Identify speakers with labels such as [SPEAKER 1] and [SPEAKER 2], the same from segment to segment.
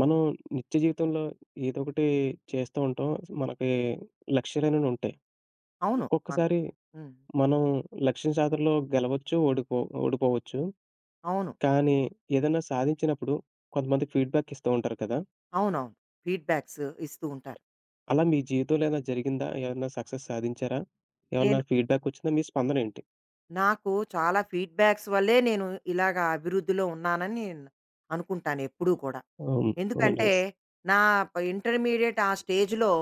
[SPEAKER 1] మనం నిత్య జీవితంలో ఏదో ఒకటి చేస్తూ ఉంటాం. మనకి లక్ష్యాలనేవి ఉంటాయి.
[SPEAKER 2] అవును. మన
[SPEAKER 1] ఒక్కొక్కసారి
[SPEAKER 2] హ్మ్.
[SPEAKER 1] మనం లక్ష్యం సాధనలో గెలవచ్చు, ఓడిపోవచ్చు.
[SPEAKER 2] అవును.
[SPEAKER 1] కానీ ఏదైనా సాధించినప్పుడు కొంతమంది ఫీడ్‌బ్యాక్ ఇస్తూ ఉంటారు కదా!
[SPEAKER 2] అవునవును. ఫీడ్‌బ్యాక్స్ ఇస్తూ ఉంటారు.
[SPEAKER 1] అలా మీ జీవితంలో ఏమైనా జరిగిందా? ఏమన్నా సక్సెస్ సాధించారా? ఏమన్నా
[SPEAKER 2] నేను
[SPEAKER 1] ఫీడ్‌బ్యాక్ వచ్చిందా? మీ స్పందన ఏంటి?
[SPEAKER 2] నాకు చాలా ఫీడ్‌బ్యాక్స్ వల్లే ఇలాగ అభివృద్ధిలో ఉన్నానని నేను అనుకుంటాను ఎప్పుడూ కూడా.
[SPEAKER 1] ఓహ్! ఓహ్!
[SPEAKER 2] ఎందుకంటే,
[SPEAKER 1] నైస్.
[SPEAKER 2] నా ప ఇంటర్మీడియేట్ ఆ స్టేజ్‌లో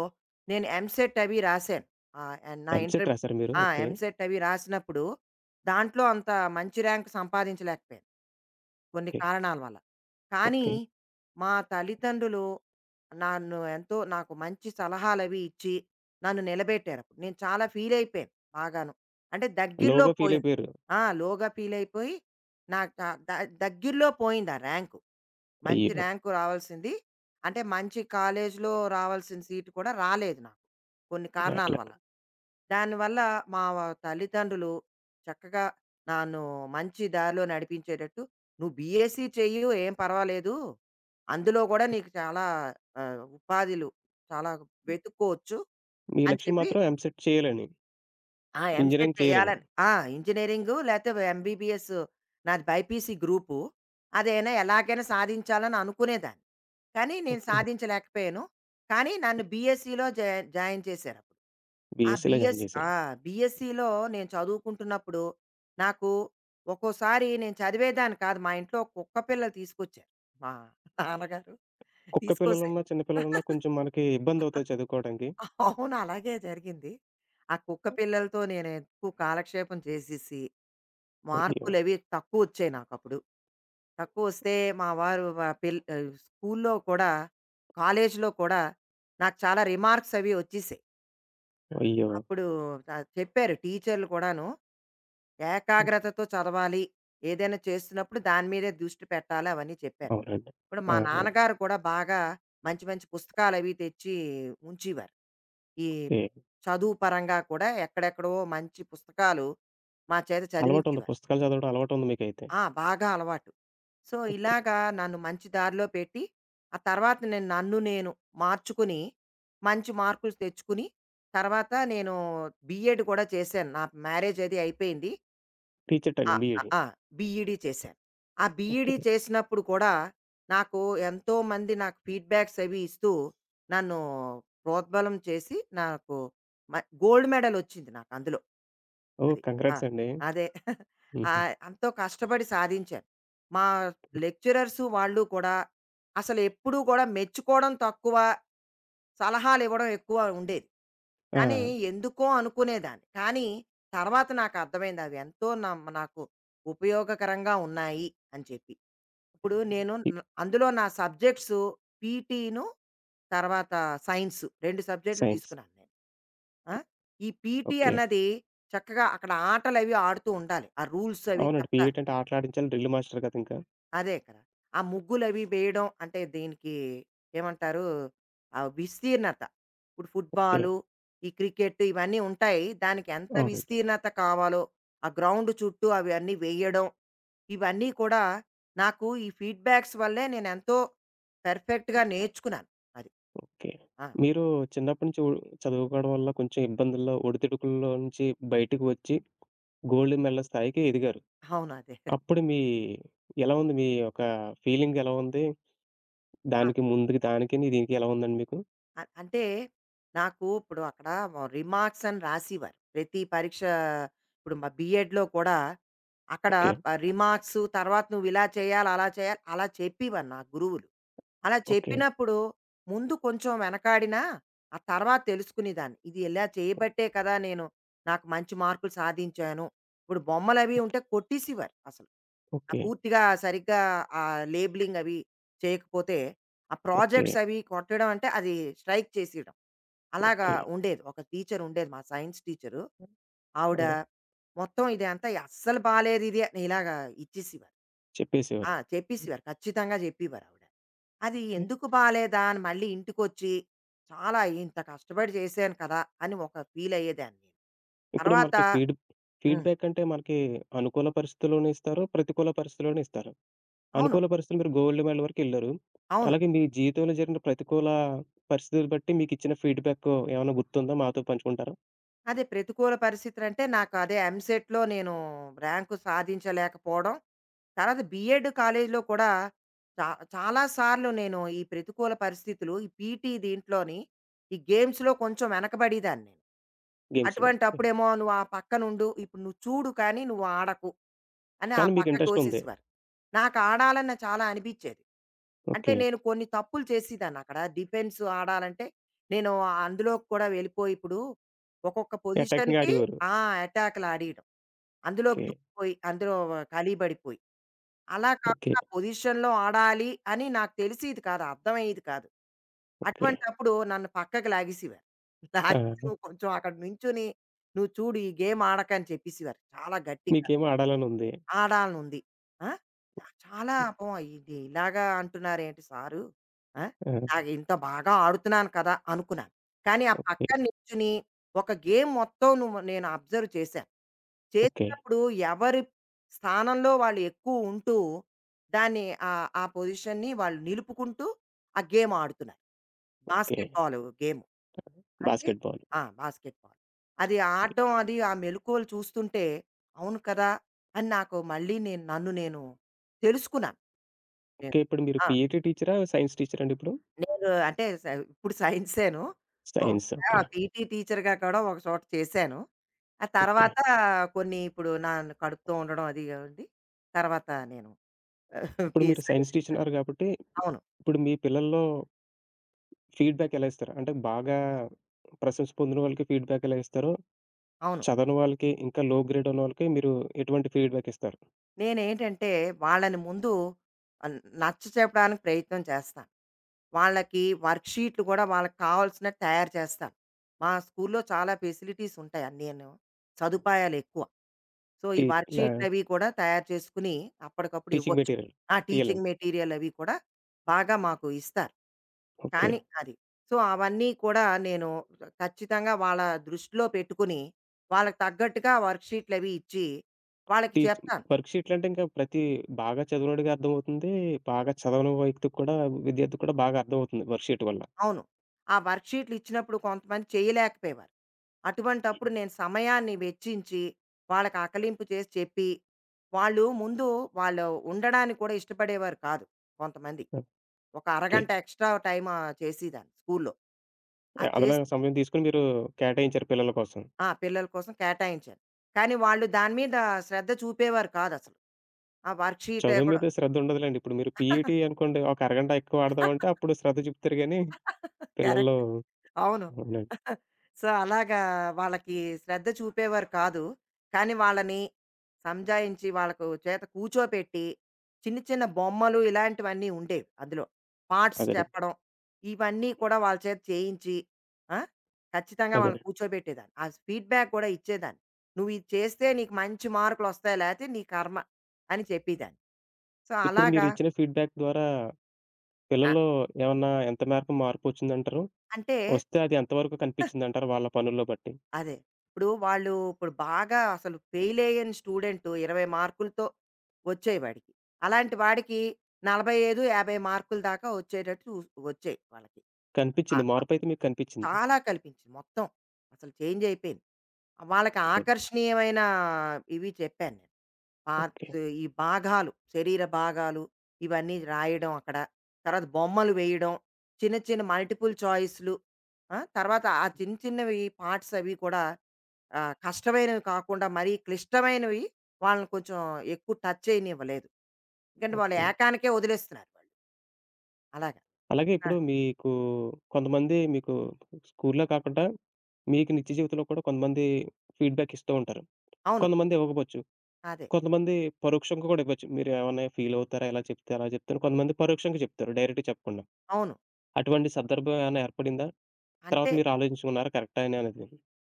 [SPEAKER 2] నేను ఎంసెట్ అవి రాశాను. ఆహ్, నా ఇంటర్
[SPEAKER 1] ఎంసెట్ రాసారా మీరు?
[SPEAKER 2] ఆ!
[SPEAKER 1] ఓకే.
[SPEAKER 2] ఎంసెట్ అవి రాసినప్పుడు దాంట్లో అంత మంచి ర్యాంక్ సంపాదించలేకపోయాను. కొన్ని
[SPEAKER 1] ఓకే.
[SPEAKER 2] కారణాల వల్ల. కానీ,
[SPEAKER 1] ఓకే.
[SPEAKER 2] మా తల్లిదండ్రులు నన్ను ఎంతో నాకు మంచి సలహాలవి ఇచ్చి, నన్ను నిలబెట్టారు. అప్పుడు నేను చాలా ఫీల్ అయిపోయాను బాగాను. అంటే దగ్గరలో
[SPEAKER 1] లోగా ఫీల్
[SPEAKER 2] పోయింది.
[SPEAKER 1] అయిపోయారు.
[SPEAKER 2] లోగా ఫీలయిపోయి నాకు ద ద దగ్గరలో పోయింది ఆ ర్యాంకు. మంచి
[SPEAKER 1] అయ్యో!
[SPEAKER 2] ర్యాంకు రావాల్సింది. అంటే మంచి కాలేజీలో రావాల్సిన సీటు కూడా రాలేదు నాకు. కొన్ని
[SPEAKER 1] బ్యాడ్
[SPEAKER 2] కారణాల
[SPEAKER 1] లక్.
[SPEAKER 2] వల్ల. దానివల్ల మా తల్లిదండ్రులు చక్కగా నన్ను మంచి దారిలో నడిపించేటట్టు, "నువ్వు బీఎస్సీ చెయ్యి, ఏం పర్వాలేదు. అందులో గూడా నీకు చాలా ఉపాధులు చాలా వెతుక్కోవచ్చు"
[SPEAKER 1] మీ
[SPEAKER 2] అని
[SPEAKER 1] లక్ష్యం
[SPEAKER 2] చెప్పి,
[SPEAKER 1] మాత్రం ఎంసెట్ చేయాలని,
[SPEAKER 2] ఆ ఎంసెట్
[SPEAKER 1] ఇంజినీరింగ్ చేయాలని.
[SPEAKER 2] చేయాలని, ఆ! ఇంజినీరింగు లేతే ఎంబీబీఎస్, నాది బైపీసీ గ్రూపు. అదైనా ఎలాగైనా సాధించాలని అనుకునేదాన్ని. కానీ నేను
[SPEAKER 1] ఓకే.
[SPEAKER 2] సాధించలేకపోయాను. కానీ నన్ను బీఎస్సీలో జా జాయిన్ చేశారప్పుడు. ఆ
[SPEAKER 1] బీఎస్సీలో జాయిన్
[SPEAKER 2] బీఎస్
[SPEAKER 1] చేశారు.
[SPEAKER 2] ఆ! బీఎస్సీలో నేను చదువుకుంటున్నప్పుడు నాకు ఒక్కోసారి నేను చదివేదాన్ని కాదు. మా ఇంట్లో కుక్క పిల్లలు తీసుకొచ్చారు. మా నాన్నగారు
[SPEAKER 1] కుక్క
[SPEAKER 2] తీసుకొస్తే
[SPEAKER 1] పిల్లలున్నా, చిన్న పిల్లలున్నా కొంచెం మనకి ఇబ్బందవుతది చదువుకోవడానికి.
[SPEAKER 2] అవును. అలాగే జరిగింది. ఆ కుక్క
[SPEAKER 1] హ్మ్.
[SPEAKER 2] పిల్లలతో నేను ఎక్కువ కాలక్షేపం చేసేసి,
[SPEAKER 1] అయ్యో!
[SPEAKER 2] మార్కులవి తక్కువొచ్చాయి నాకప్పుడు. తక్కువొస్తే మా వారు వ పిల్ ఆహ్, స్కూల్లో కూడా, కాలేజీలో కూడా నాకు చాలా రిమార్క్స్ అవి వచ్చేసాయి.
[SPEAKER 1] అయ్యో!
[SPEAKER 2] అప్పుడు త చెప్పారు టీచర్లు కూడాను.
[SPEAKER 1] హ్మ్.
[SPEAKER 2] ఏకాగ్రతతో చదవాలి. ఏదైనా చేస్తున్నప్పుడు దాని మీదే దృష్టి పెట్టాలి అవన్నీ చెప్పారు.
[SPEAKER 1] అవునండి.
[SPEAKER 2] ఇప్పుడు మా
[SPEAKER 1] ఆహా!
[SPEAKER 2] నాన్నగారు కూడా బాగా మంచి మంచి పుస్తకాలవి తెచ్చి ఉంచేవారు. ఈ
[SPEAKER 1] ఓకే.
[SPEAKER 2] చదువు పరంగా కూడా ఎక్కడెక్కడో మంచి పుస్తకాలు మా చేత
[SPEAKER 1] అలవాటుంది.
[SPEAKER 2] చదివించేవారు.
[SPEAKER 1] పుస్తకాలు చదవడం అలవాటుంది మీకైతే.
[SPEAKER 2] ఆ, బాగా అలవాటు. So,
[SPEAKER 1] okay.
[SPEAKER 2] ఇలాగా నన్ను మంచి దారిలో పెట్టి, ఆ తర్వాత నన్ను నేను మార్చుకుని, మంచి మార్కులు తెచ్చుకుని, తర్వాత నేను బీఎడ్ కూడా చేశాను. నా మ్యారేజ్ అది అయిపోయింది.
[SPEAKER 1] టీచర్
[SPEAKER 2] ఆ!
[SPEAKER 1] ట్రైనింగ్
[SPEAKER 2] ఆ!
[SPEAKER 1] బీఈడీ.
[SPEAKER 2] ఆ! బీఈడీ చేశాను. ఆ
[SPEAKER 1] ఓకే.
[SPEAKER 2] బీఈడీ చేసినప్పుడు కూడా నాకు ఎంతోమంది ఫీడ్‌బ్యాక్స్ అవి ఇస్తూ, నన్ను ప్రోద్బలం చేసి నాకు మ గోల్డ్ మెడల్ వచ్చింది నాకు అందులో.
[SPEAKER 1] ఓహ్!
[SPEAKER 2] అది. ఆ,
[SPEAKER 1] కంగ్రాట్స్ అండి.
[SPEAKER 2] అదే.
[SPEAKER 1] హుహు.
[SPEAKER 2] ఎంతో కష్టపడి సాధించాను. మా లెక్చరర్సు వాళ్ళు కూడా అసలెప్పుడూ గూడా మెచ్చుకోవడం తక్కువ, సలహాలివ్వడం ఎక్కువ ఉండేది.
[SPEAKER 1] ఆ!
[SPEAKER 2] కానీ ఎందుకో అనుకునేదాన్ని. కానీ తర్వాత నాకర్థమైంది అవెంతో నాకు ఉపయోగకరంగా ఉన్నాయి అని చెప్పి. ఇప్పుడు
[SPEAKER 1] ఇ
[SPEAKER 2] అందులో నా సబ్జెక్ట్స్ పీటీను, తర్వాత సైన్స్ రెండు సబ్జెక్టులు
[SPEAKER 1] సైన్స్.
[SPEAKER 2] తీసుకున్నాను నేను. ఆ? ఈ పీటీ
[SPEAKER 1] ఓకే.
[SPEAKER 2] అన్నది చక్కగా అక్కడ ఆటలు అవి ఆడుతూ ఉండాలి, ఆ రూల్స్ అవి
[SPEAKER 1] అవునండి.
[SPEAKER 2] చెప్తారు.
[SPEAKER 1] బీఈడీ అంటే ఆటలాడించాలి డ్రిల్ మాస్టర్ కదా! ఇంకా.
[SPEAKER 2] అదే కదా, ఆ ముగ్గులు అవి వేయడం అంటే దీనికి ఏమంటారు, ఆ విస్తీర్ణత, ఇప్పుడు
[SPEAKER 1] ఓకే.
[SPEAKER 2] ఫుట్బాలు, ఈ క్రికెట్ ఇవన్నీ ఉంటాయి, దానికి ఎంత
[SPEAKER 1] అవునండి.
[SPEAKER 2] విస్తీర్ణత కావాలో ఆ గ్రౌండ్ చుట్టూ అవి అన్నీ వేయడం, ఇవన్నీ కూడా నాకు ఈ ఫీడ్‌బ్యాక్స్ వల్లే నేనెంతో పెర్ఫెక్ట్‌గా నేర్చుకున్నాను. అది.
[SPEAKER 1] ఓకే.
[SPEAKER 2] ఆ!
[SPEAKER 1] మీరు చిన్నప్పటి నుంచి చదువుకోవడం వల్ల కొంచెం ఇబ్బందుల్లో, ఒడిదుడుకుల్లో నుంచి బయటకు వచ్చి గోల్డ్ మెడల్ స్థాయికి ఎదిగారు.
[SPEAKER 2] అవును. అదే.
[SPEAKER 1] అప్పుడు మీ ఎలా ఉంది? మీ యొక్క ఫీలింగ్ ఎలా ఉంది?
[SPEAKER 2] ఆ!
[SPEAKER 1] దానికి ముందుకి దానికిని, దీనికి ఎలా ఉందండి మీకు?
[SPEAKER 2] అ అంటే నాకు ఇప్పుడు అక్కడ రిమార్క్స్ అని రాసేవారు. ప్రతి పరీక్ష ఇప్పుడు మా బీఎడ్‌లో కూడా అక్కడ
[SPEAKER 1] ఓకే.
[SPEAKER 2] రిమార్క్స్ తర్వాత నువ్వు ఇలా చేయాలి, అలా చేయాలి అలా చెప్పేవారు నా గురువులు. అలా
[SPEAKER 1] ఓకే.
[SPEAKER 2] చెప్పినప్పుడు ముందు కొంచెం వెనకాడినా ఆ తర్వాత తెలుసుకునేదాన్ని. ఇది ఇలా చేయబట్టే కదా నాకు మంచి మార్కులు సాధించాను. ఇప్పుడు బొమ్మలవి ఉంటే కొట్టేసేవారు అసలు. ఆ,
[SPEAKER 1] ఓకే.
[SPEAKER 2] పూర్తిగా సరిగ్గా లేబెలింగ్ అవి చేయకపోతే, ఆ
[SPEAKER 1] ఓకే.
[SPEAKER 2] ప్రాజెక్ట్స్ అవి కొట్టడం అంటే అది స్ట్రైక్ చేసేయడం. అలాగా
[SPEAKER 1] ఓకే.
[SPEAKER 2] ఉండేది. ఒక టీచర్ ఉండేది, మా సైన్స్ టీచరు. ఆవిడ
[SPEAKER 1] అదే
[SPEAKER 2] మొత్తం ఇదంతా అస్సలు బాలేదిది అని ఇలాగా ఇచ్చేసేవారు. ఆ,
[SPEAKER 1] చెప్పేసేవారు.
[SPEAKER 2] చెప్పేసేవారు. ఖచ్చితంగా చెప్పేవారావిడ. అది
[SPEAKER 1] ఓకే.
[SPEAKER 2] ఎందుకు బాలేదా అని మళ్ళీ ఇంటికొచ్చి, చాలా ఇంత కష్టపడి చేశాను కదా అని ఒక ఫీల్ అయ్యేదాన్ని నేను.
[SPEAKER 1] ఇప్పుడు
[SPEAKER 2] తర్వాత
[SPEAKER 1] మనకి
[SPEAKER 2] హ్మ్.
[SPEAKER 1] ఫీడ్‌బ్యాక్ అంటే మనకి అనుకూల పరిస్థితుల్లోనూ ఇస్తారు, ప్రతికూల పరిస్థితుల్లోనూ ఇస్తారు.
[SPEAKER 2] అవును.
[SPEAKER 1] అనుకూల పరిస్థితులు మీరు గోల్డ్ మెడల్ వరకెళ్లారు.
[SPEAKER 2] అవును.
[SPEAKER 1] అలాగే మీ జీవితంలో జరిగిన ప్రతికూల పరిస్థితులు బట్టి మీకిచ్చిన ఫీడ్‌బ్యాక్ ఏమన్నా గుర్తుందా? మాతో పంచుకుంటారా?
[SPEAKER 2] అదే ప్రతికూల పరిస్థితులంటే నాకు అదే ఎంసెట్‌లో నేను ర్యాంకు సాధించలేకపోవడం. తర్వాత బీఎడ్ కాలేజీలో కూడా చా చాలా సార్లు నేను ఈ ప్రతికూల పరిస్థితులు ఈ పీటీ దీంట్లోని ఈ గేమ్స్‌లో కొంచెం వెనకబడేదాన్ని నేను.
[SPEAKER 1] గేమ్స్‌లో. ఓకే.
[SPEAKER 2] అటువంటప్పుడేమో "నువ్వు ఆ పక్కనుండు. ఇప్పుడు నువ్వు చూడు కానీ నువ్వు ఆడకు" అని ఆ
[SPEAKER 1] కానీ మీకు
[SPEAKER 2] పక్క
[SPEAKER 1] ఇంట్రెస్ట్ ఉంది.
[SPEAKER 2] తోసేసేవారు. నాకు ఆడాలని చాలా అనిపిచ్చేది. అంటే
[SPEAKER 1] ఓకే.
[SPEAKER 2] నేను కొన్ని తప్పులు చేసేదాన్ని అక్కడ. డిఫెన్స్ ఆడాలంటే నేను అందులోకి కూడా వెళ్ళిపోయి ఇప్పుడు ఒక్కొక్క
[SPEAKER 1] అటాకింగ్
[SPEAKER 2] పొజిషన్‌కి,
[SPEAKER 1] ఆడేవారు.
[SPEAKER 2] ఆ, అటాక్‌లు ఆడేయడం. అందులోకి
[SPEAKER 1] ఓకే.
[SPEAKER 2] దూకిపోయి అందులో కలిబడిపోయి. అలా
[SPEAKER 1] ఓకే.
[SPEAKER 2] కాకుండా పొజిషన్‌లో ఆడాలి అని నాకు తెలిసేది కాదు. అర్థమయ్యేది కాదు.
[SPEAKER 1] ఓకే.
[SPEAKER 2] అటువంటప్పుడు నన్ను పక్కకి లాగేసేవారు.
[SPEAKER 1] ఆ!
[SPEAKER 2] లాగేసి "నువ్వు కొంచెం అక్కడ నించొని నువ్వు చూడు, ఈ గేమ్ ఆడకని" చెప్పేసేవారు చాలా గట్టిగా.
[SPEAKER 1] మీకేమో ఆడాలనుంది.
[SPEAKER 2] ఆడాలనుంది. ఆ, చాలా పాపం ఇది ఇలాగా అంటున్నారేంటి సారు? ఆ,
[SPEAKER 1] ఆ!
[SPEAKER 2] నాకు ఇంత బాగా ఆడుతున్నాను కదా అనుకున్నాను. కానీ ఆ
[SPEAKER 1] ఓకే.
[SPEAKER 2] పక్కన నిల్చుని ఒక గేమ్ మొత్తం నేను అబ్జర్వ్ చేశాను.
[SPEAKER 1] ఓకే.
[SPEAKER 2] చేసినప్పుడు ఎవరి స్థానంలో వాళ్ళు ఎక్కువ ఉంటూ దాన్ని, ఆ పొజిషన్‌ని వాళ్ళు నిలుపుకుంటూ ఆ గేమ్ ఆడుతున్నారు.
[SPEAKER 1] ఓకే.
[SPEAKER 2] Basketball game. అంటే
[SPEAKER 1] బాస్కెట్ బాల్.
[SPEAKER 2] ఆ, బాస్కెట్ బాల్. అది
[SPEAKER 1] ఓకే.
[SPEAKER 2] ఆడడం అది ఆ మెళకువలు చూస్తుంటే, అవును కదా అని నాకు మళ్ళీ నన్ను నేను తెలుసుకున్నాను. నేను,
[SPEAKER 1] ఓకే. ఇప్పుడు మీరు
[SPEAKER 2] ఆ,
[SPEAKER 1] పీఈటీ టీచరా? సైన్స్ టీచరా అండి ఇప్పుడు?
[SPEAKER 2] నేను అంటే స ఇప్పుడు సైన్సేను. ఓహ్!
[SPEAKER 1] సైన్స్.
[SPEAKER 2] ఆ,
[SPEAKER 1] ఓకే.
[SPEAKER 2] పీటీ టీచర్‌గా కూడా ఒక చోట చేశాను. ఆ
[SPEAKER 1] ఓకే.
[SPEAKER 2] తర్వాత కొన్ని ఇప్పుడు నా కడుపుతో ఉండడం అది ఉండి, తర్వాత నేను ఆ,
[SPEAKER 1] ఇప్పుడు మీరు
[SPEAKER 2] సైన్స్
[SPEAKER 1] సైన్స్ టీచర్
[SPEAKER 2] కింద-
[SPEAKER 1] అన్నారు కాబట్టి,
[SPEAKER 2] అవును.
[SPEAKER 1] ఇప్పుడు మీ పిల్లల్లో ఫీడ్‌బ్యాక్ ఎలా ఇస్తారు? అంటే బాగా ప్రశంస పొందిన వాళ్ళకి ఫీడ్‌బ్యాక్ ఎలా ఇస్తారు?
[SPEAKER 2] అవును.
[SPEAKER 1] చదవని వాళ్ళకి, ఇంకా లో గ్రేడ్ ఉన్న వాళ్ళకి మీరు ఎటువంటి ఫీడ్‌బ్యాక్ ఇస్తారు?
[SPEAKER 2] నేనేంటంటే వాళ్ళని ముందు ఆహ్, నచ్చ చెప్పడానికి ప్రయత్నం చేస్తాను. వాళ్ళకి వర్క్షీట్లు కూడా వాళ్ళకి కావాల్సినట్టు తయారు చేస్తాను. మా స్కూల్లో చాలా ఫెసిలిటీస్ ఉంటాయి అన్నీను. సదుపాయాలు ఎక్కువ. సో, ఈ
[SPEAKER 1] టీ లా
[SPEAKER 2] వర్క్షీట్లు అవి కూడా తయారు చేసుకొని అప్పటికప్పుడు
[SPEAKER 1] టీచింగ్
[SPEAKER 2] ఇవ్వచ్చు.
[SPEAKER 1] మెటీరియల్.
[SPEAKER 2] ఆ,
[SPEAKER 1] టీఎల్ఎం.
[SPEAKER 2] టీచింగ్ మెటీరియల్ అవి కూడా బాగా మాకు ఇస్తారు.
[SPEAKER 1] ఓకే.
[SPEAKER 2] కానీ అది. సో, అవన్నీ కూడా నేను ఖచ్చితంగా వాళ్ళ దృష్టిలో పెట్టుకుని, వాళ్ళకి తగ్గట్టుగా వర్క్షీట్లు అవి ఇచ్చి వాళ్ళకి
[SPEAKER 1] టీచ్
[SPEAKER 2] చెప్తాను.
[SPEAKER 1] వర్క్ షీట్‌లంటే ఇంకా ప్రతి బాగా చదివినోడికి అర్థమవుతుంది. బాగా చదవని వ్యక్తికి కూడా విద్యార్థికి కూడా బాగా అర్థమవుతుంది వర్క్ షీట్ వల్ల.
[SPEAKER 2] అవును. ఆ వర్క్‌షీట్లు ఇచ్చినప్పుడు కొంతమంది చేయలేకపోయేవారు. అటువంటప్పుడు నేను సమయాన్ని వెచ్చించి, వాళ్ళకి ఆకలింపు చేసి చెప్పి, వాళ్ళు ముందు వాళ్ళు ఉండడానికి కూడా ఇష్టపడేవారు కాదు కొంతమంది. ఒక
[SPEAKER 1] ఓకే.
[SPEAKER 2] అరగంట ఎక్స్‌ట్రా టైమ్, ఆహ్, చేసేదాన్ని స్కూల్‌లో. అది చేసి
[SPEAKER 1] అదనంగా సమయం తీసుకొని మీరు కేటాయించారు పిల్లల కోసం.
[SPEAKER 2] ఆ, పిల్లల కోసం కేటాయించాను. కానీ వాళ్ళు దాని మీద శ్రద్ధ చూపేవారు కాదసలు. ఆ వర్క్‌షీట్
[SPEAKER 1] చదువు
[SPEAKER 2] ఎక్కడో
[SPEAKER 1] మీద శ్రద్ధ ఉండదులెండి. ఇప్పుడు మీరు పీఈటీ అనుకోండి ఒక అరగంట ఎక్కువ ఆడదామంటే అప్పుడు శ్రద్ధ చూపుతారు గానీ పిల్లల్లో
[SPEAKER 2] కరెక్ట్. అవును.
[SPEAKER 1] అవునండి.
[SPEAKER 2] సో, అలాగా వాళ్ళకి శ్రద్ధ చూపేవారు కాదు. కానీ వాళ్ళని సంజాయించి వాళ్ళకు చేత కూర్చోపెట్టి, చిన్న చిన్న బొమ్మలు ఇలాంటివన్నీ ఉండేవి అందులో. పార్ట్స్
[SPEAKER 1] అదేనండి.
[SPEAKER 2] చెప్పడం, ఇవన్నీ కూడా వాళ్ళ చేత చేయించి, ఆ, ఖచ్చితంగా వాళ్ళని
[SPEAKER 1] అదేనండి.
[SPEAKER 2] కూర్చోబెట్టేదాన్ని. ఆ ఫీడ్‌బ్యాక్ కూడా ఇచ్చేదాన్ని. "నువ్వు ఇది చేస్తే నీకు మంచి మార్కులొస్తాయి లేతే నీ కర్మ" అని చెప్పేదాన్ని. సో,
[SPEAKER 1] ఇప్పుడు మీరు
[SPEAKER 2] అలాగా,
[SPEAKER 1] ఇచ్చిన ఫీడ్‌బ్యాక్ ద్వారా
[SPEAKER 2] ఆ,
[SPEAKER 1] పిల్లల్లో ఏమన్నా ఎంత మేరకు మార్పొచ్చిందంటారు?
[SPEAKER 2] అంటే
[SPEAKER 1] వస్తే అది ఎంతవరకు కనిపించిందంటారు వాళ్ళ పనుల్లో బట్టి?
[SPEAKER 2] అదే. ఇప్పుడు వాళ్ళు ఇప్పుడు బాగా అసలు ఫెయిల్ అయ్యని స్టూడెంట్ 20 మార్కులతో వచ్చాయి వాడికి. అలాంటి వాడికి 45, 50 మార్కుల దాకా వచ్చేటట్టు చూస్ వచ్చాయి వాళ్ళకి. అ
[SPEAKER 1] కనిపించింది.
[SPEAKER 2] అ
[SPEAKER 1] మార్పయితే మీకు కనిపించింది.
[SPEAKER 2] చాలా కల్పించింది మొత్తం. అసలు చేంజ్ అయిపోయింది. వాళ్ళకి
[SPEAKER 1] ఓకే.
[SPEAKER 2] ఆకర్షణీయమైన ఇవి చెప్పాను నేను.
[SPEAKER 1] ఓకే.
[SPEAKER 2] పార్ట్స్, ఈ భాగాలు, శరీర భాగాలు, ఇవన్నీ రాయడం అక్కడ. తర్వాత బొమ్మలు వేయడం. చిన్న చిన్న మల్టిపుల్ చాయిస్‌లు. ఆ, తర్వాత ఆ చిన్న చిన్నవి పార్ట్స్ అవి కూడా, ఆ, కష్టమైనవి కాకుండా మరీ క్లిష్టమైనవి వాళ్ళని కొంచెం ఎక్కువ టచ్ చేయనివ్వలేదు. ఎందుకంటే వాళ్ళు
[SPEAKER 1] ఓకే.
[SPEAKER 2] ఏకానికే వదిలేస్తున్నారు వాళ్ళు. అలాగా.
[SPEAKER 1] అలాగే
[SPEAKER 2] ఆ!
[SPEAKER 1] ఇప్పుడు మీకు కొంతమంది మీకు స్కూల్లో కాకుండా మీకు నిత్య జీవితంలో కూడా కొంతమంది ఫీడ్‌బ్యాక్ ఇస్తూ ఉంటారు.
[SPEAKER 2] అవును.
[SPEAKER 1] కొంతమంది ఇవ్వకపోవచ్చు.
[SPEAKER 2] అదే.
[SPEAKER 1] కొంతమంది పరోక్షంగా కూడా ఇవ్వచ్చు. మీరు ఏమన్నా ఫీల్ అవుతారా? ఇలా చెప్తే అలా చెప్తారు. కొంతమంది పరోక్షంగా చెప్తారు డైరెక్ట్‌గా చెప్పకుండా.
[SPEAKER 2] అవును.
[SPEAKER 1] అటువంటి సందర్భం ఏమైనా ఏర్పడిందా? తర్వాత
[SPEAKER 2] అంటే
[SPEAKER 1] మీరు ఆలోచించుకున్నారా కరెక్టేనా అనేది?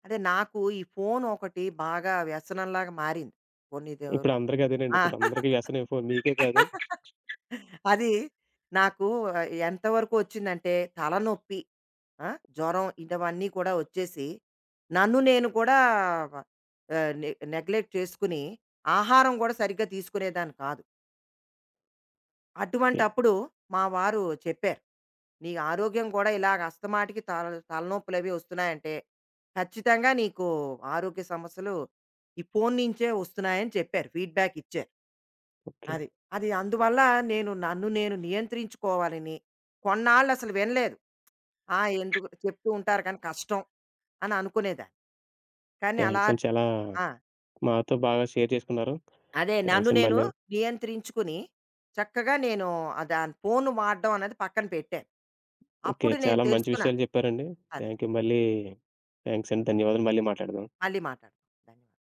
[SPEAKER 2] అదే నాకు ఈ ఫోను ఒకటి బాగా వ్యసనంలాగా మారింది. కొన్ని
[SPEAKER 1] ఇప్పుడు
[SPEAKER 2] దెవరు,
[SPEAKER 1] అందరికి అదేనండి.
[SPEAKER 2] ఆ,
[SPEAKER 1] ఇప్పుడు అందరికి వ్యసనం ఫోను మీకే కాదు.
[SPEAKER 2] అది నాకు ఎంతవరకు వచ్చిందంటే తలనొప్పి, ఆ? జ్వరం ఇటవన్నీ కూడా వచ్చేసి నన్ను నేను కూడా ఆ, నెగ్లెక్ట్ చేసుకుని ఆహారం కూడా సరిగ్గా తీసుకునేదాన్ని కాదు.
[SPEAKER 1] ఓకే.
[SPEAKER 2] అటువంటి అప్పుడు మా వారు చెప్పారు నీ ఆరోగ్యం కూడా ఇలాగ అస్తమాటికి తలనొప్పులు అవి వస్తున్నాయంటే ఖచ్చితంగా నీకు ఆరోగ్య సమస్యలు ఈ ఫోన్ నుంచే వస్తున్నాయని చెప్పారు, ఫీడ్బ్యాక్ ఇచ్చారు.
[SPEAKER 1] ఓకే.
[SPEAKER 2] అది అది అందువల్ల నన్ను నేను నియంత్రించుకోవాలని, కొన్నాళ్ళు అసలు వినలేదు. ఆ ఎందుకు చెప్తూ ఉంటారు కానీ కష్టం అని అనుకునేదాన్ని. కానీ అలా,
[SPEAKER 1] థాంక్స్ అండి. చాలా
[SPEAKER 2] ఆ,
[SPEAKER 1] మాతో బాగా షేర్ చేసుకున్నారు.
[SPEAKER 2] అదే నన్ను
[SPEAKER 1] థాంక్స్ అండి
[SPEAKER 2] నేను
[SPEAKER 1] మళ్ళీ
[SPEAKER 2] నియంత్రించుకుని చక్కగా నేను ఆ దాని ఫోన్ వాడడం అనేది పక్కన పెట్టాను.
[SPEAKER 1] ఓకే.
[SPEAKER 2] అప్పుడు నేను
[SPEAKER 1] చాలా మంచి
[SPEAKER 2] తెలుసుకున్నాను.
[SPEAKER 1] విషయాలు చెప్పారండి.
[SPEAKER 2] అదే
[SPEAKER 1] థాంక్యూ. మళ్ళీ థాంక్స్ అండి. ధన్యవాదాలు. మళ్ళీ మాట్లాడదాం.
[SPEAKER 2] మళ్ళీ మాట్లాడదాం. ధన్యవాదాలు.